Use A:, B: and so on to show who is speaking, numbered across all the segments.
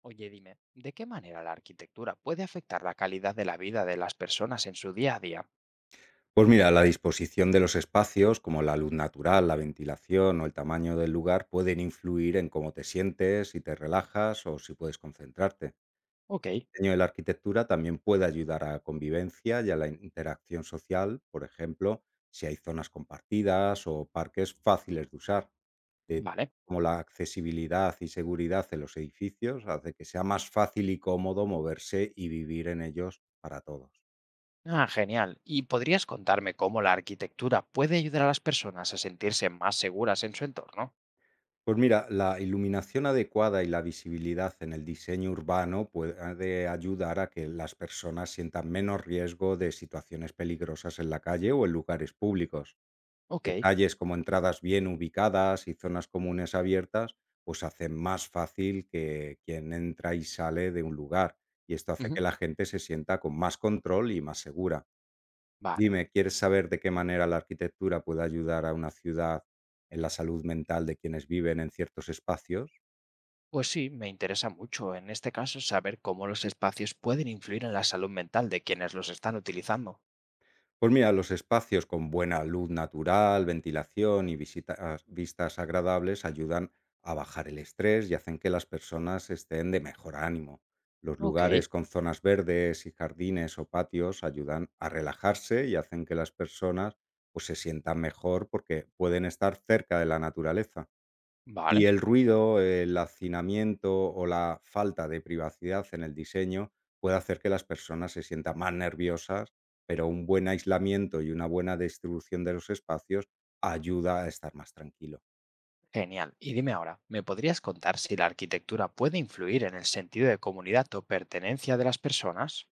A: Oye, dime, ¿de qué manera la arquitectura puede afectar la calidad de la vida de las personas en su día a día?
B: Pues mira, la disposición de los espacios, como la luz natural, la ventilación o el tamaño del lugar, pueden influir en cómo te sientes, si te relajas o si puedes concentrarte.
A: Ok,
B: El diseño de la arquitectura también puede ayudar a la convivencia y a la interacción social, por ejemplo, si hay zonas compartidas o parques fáciles de usar. De
A: vale.
B: Como la accesibilidad y seguridad en los edificios hace que sea más fácil y cómodo moverse y vivir en ellos para todos.
A: Ah, genial. ¿Y podrías contarme cómo la arquitectura puede ayudar a las personas a sentirse más seguras en su entorno?
B: Pues mira, la iluminación adecuada y la visibilidad en el diseño urbano puede ayudar a que las personas sientan menos riesgo de situaciones peligrosas en la calle o en lugares públicos.
A: Ok.
B: Detalles como entradas bien ubicadas y zonas comunes abiertas, pues hacen más fácil que quien entra y sale de un lugar. Y esto hace
A: Ujú,
B: que la gente se sienta con más control y más segura.
A: vale.
B: Dime, ¿quieres saber de qué manera la arquitectura puede ayudar a una ciudad en la salud mental de quienes viven en ciertos espacios?
A: Pues sí, me interesa mucho en este caso saber cómo los espacios pueden influir en la salud mental de quienes los están utilizando.
B: Pues mira, los espacios con buena luz natural, ventilación y vistas agradables ayudan a bajar el estrés y hacen que las personas estén de mejor ánimo. Los
A: Ok,
B: lugares con zonas verdes y jardines o patios ayudan a relajarse y hacen que las personas, pues, se sientan mejor porque pueden estar cerca de la naturaleza. Y
A: vale.
B: el ruido, el hacinamiento o la falta de privacidad en el diseño puede hacer que las personas se sientan más nerviosas, pero un buen aislamiento y una buena distribución de los espacios ayuda a estar más tranquilo.
A: Genial. Y dime ahora, ¿me podrías contar si la arquitectura puede influir en el sentido de comunidad o pertenencia de las personas?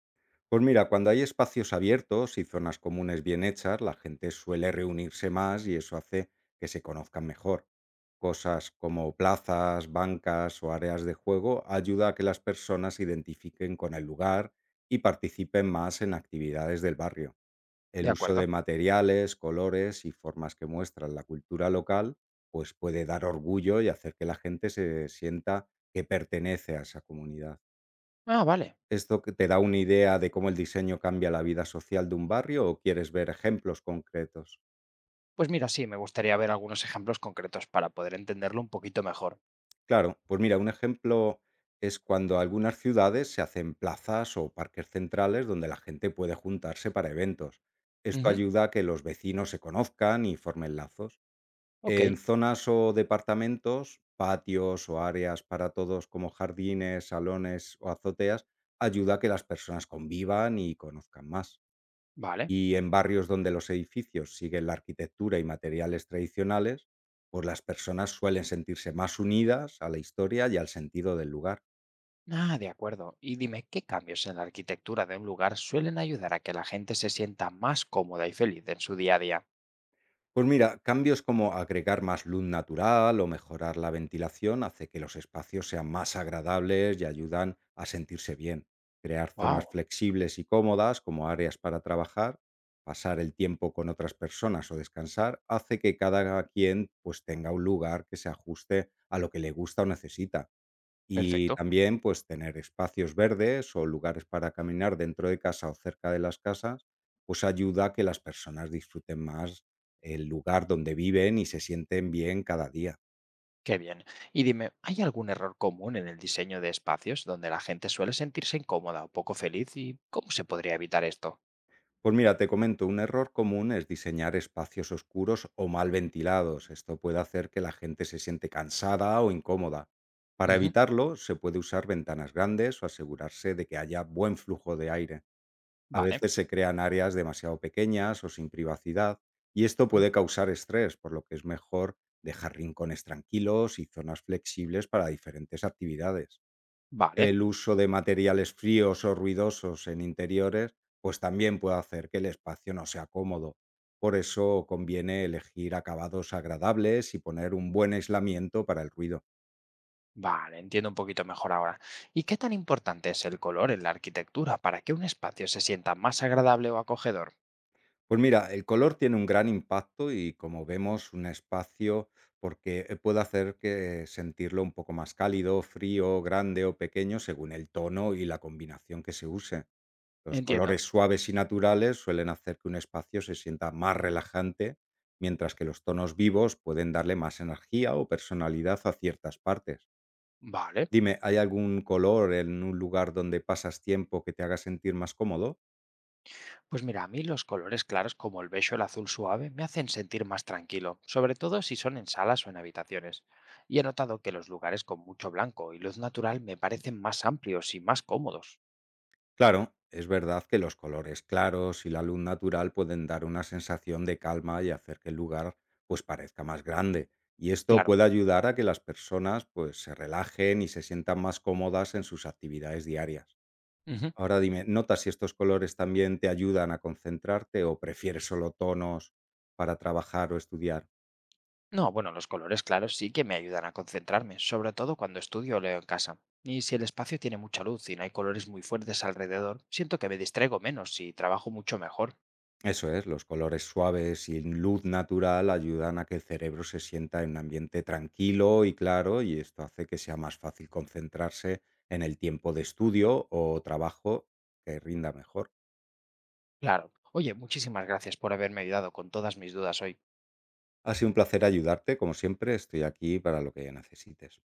B: Pues mira, cuando hay espacios abiertos y zonas comunes bien hechas, la gente suele reunirse más y eso hace que se conozcan mejor. Cosas como plazas, bancas o áreas de juego ayuda a que las personas se identifiquen con el lugar y participen más en actividades del barrio.
A: De
B: El uso de
A: acuerdo.
B: materiales, colores y formas que muestran la cultura local, pues puede dar orgullo y hacer que la gente se sienta que pertenece a esa comunidad.
A: Ah, vale.
B: ¿Esto que te da una idea de cómo el diseño cambia la vida social de un barrio o quieres ver ejemplos concretos?
A: Pues mira, sí, me gustaría ver algunos ejemplos concretos para poder entenderlo un poquito mejor.
B: Claro, pues mira, un ejemplo es cuando algunas ciudades se hacen plazas o parques centrales donde la gente puede juntarse para eventos. Esto
A: Ujú,
B: ayuda a que los vecinos se conozcan y formen lazos.
A: ok,
B: En zonas o departamentos, patios o áreas para todos como jardines, salones o azoteas, ayuda a que las personas convivan y conozcan más.
A: vale.
B: Y en barrios donde los edificios siguen la arquitectura y materiales tradicionales, pues las personas suelen sentirse más unidas a la historia y al sentido del lugar.
A: Ah, de acuerdo. Y dime, ¿qué cambios en la arquitectura de un lugar suelen ayudar a que la gente se sienta más cómoda y feliz en su día a día?
B: Pues mira, cambios como agregar más luz natural o mejorar la ventilación hace que los espacios sean más agradables y ayudan a sentirse bien. Crear zonas
A: Wow,
B: flexibles y cómodas como áreas para trabajar, pasar el tiempo con otras personas o descansar hace que cada quien, pues, tenga un lugar que se ajuste a lo que le gusta o necesita. Y
A: perfecto.
B: también, pues, tener espacios verdes o lugares para caminar dentro de casa o cerca de las casas, pues ayuda a que las personas disfruten más el lugar donde viven y se sienten bien cada día.
A: Qué bien. Y dime, ¿hay algún error común en el diseño de espacios donde la gente suele sentirse incómoda o poco feliz? ¿Y cómo se podría evitar esto?
B: Pues mira, te comento, un error común es diseñar espacios oscuros o mal ventilados. Esto puede hacer que la gente se siente cansada o incómoda. Para
A: Ujú,
B: evitarlo, se puede usar ventanas grandes o asegurarse de que haya buen flujo de aire. A
A: vale,
B: veces se crean áreas demasiado pequeñas o sin privacidad y esto
A: mm,
B: puede causar estrés, por lo que es mejor dejar rincones tranquilos y zonas flexibles para diferentes actividades.
A: vale,
B: El uso de materiales fríos o ruidosos en interiores pues también puede hacer que el espacio no sea cómodo. Por eso conviene elegir acabados agradables y poner un buen aislamiento para el ruido.
A: vale, entiendo un poquito mejor ahora. ¿Y qué tan importante es el color en la arquitectura para que un espacio se sienta más agradable o acogedor?
B: Pues mira, el color tiene un gran impacto y, como vemos, un espacio porque puede hacer que sentirlo un poco más cálido, frío, grande o pequeño según el tono y la combinación que se use. Los
A: Entiendo.
B: colores suaves y naturales suelen hacer que un espacio se sienta más relajante, mientras que los tonos vivos pueden darle más energía o personalidad a ciertas partes.
A: Vale.
B: Dime, ¿hay algún color en un lugar donde pasas tiempo que te haga sentir más cómodo?
A: Pues mira, a mí los colores claros como el beige o el azul suave me hacen sentir más tranquilo, sobre todo si son en salas o en habitaciones. Y he notado que los lugares con mucho blanco y luz natural me parecen más amplios y más cómodos.
B: Claro, es verdad que los colores claros y la luz natural pueden dar una sensación de calma y hacer que el lugar pues parezca más grande. Y esto
A: Claro.
B: puede ayudar a que las personas pues se relajen y se sientan más cómodas en sus actividades diarias.
A: Ujú.
B: Ahora dime, ¿notas si estos colores también te ayudan a concentrarte o prefieres solo tonos para trabajar o estudiar?
A: No, bueno, los colores claros sí que me ayudan a concentrarme, sobre todo cuando estudio o leo en casa. Y si el espacio tiene mucha luz y no hay colores muy fuertes alrededor, siento que me distraigo menos y trabajo mucho mejor.
B: Eso es, los colores suaves y luz natural ayudan a que el cerebro se sienta en un ambiente tranquilo y claro y esto hace que sea más fácil concentrarse en el tiempo de estudio o trabajo que rinda mejor.
A: Claro. Oye, muchísimas gracias por haberme ayudado con todas mis dudas hoy.
B: Ha sido un placer ayudarte, como siempre, estoy aquí para lo que necesites.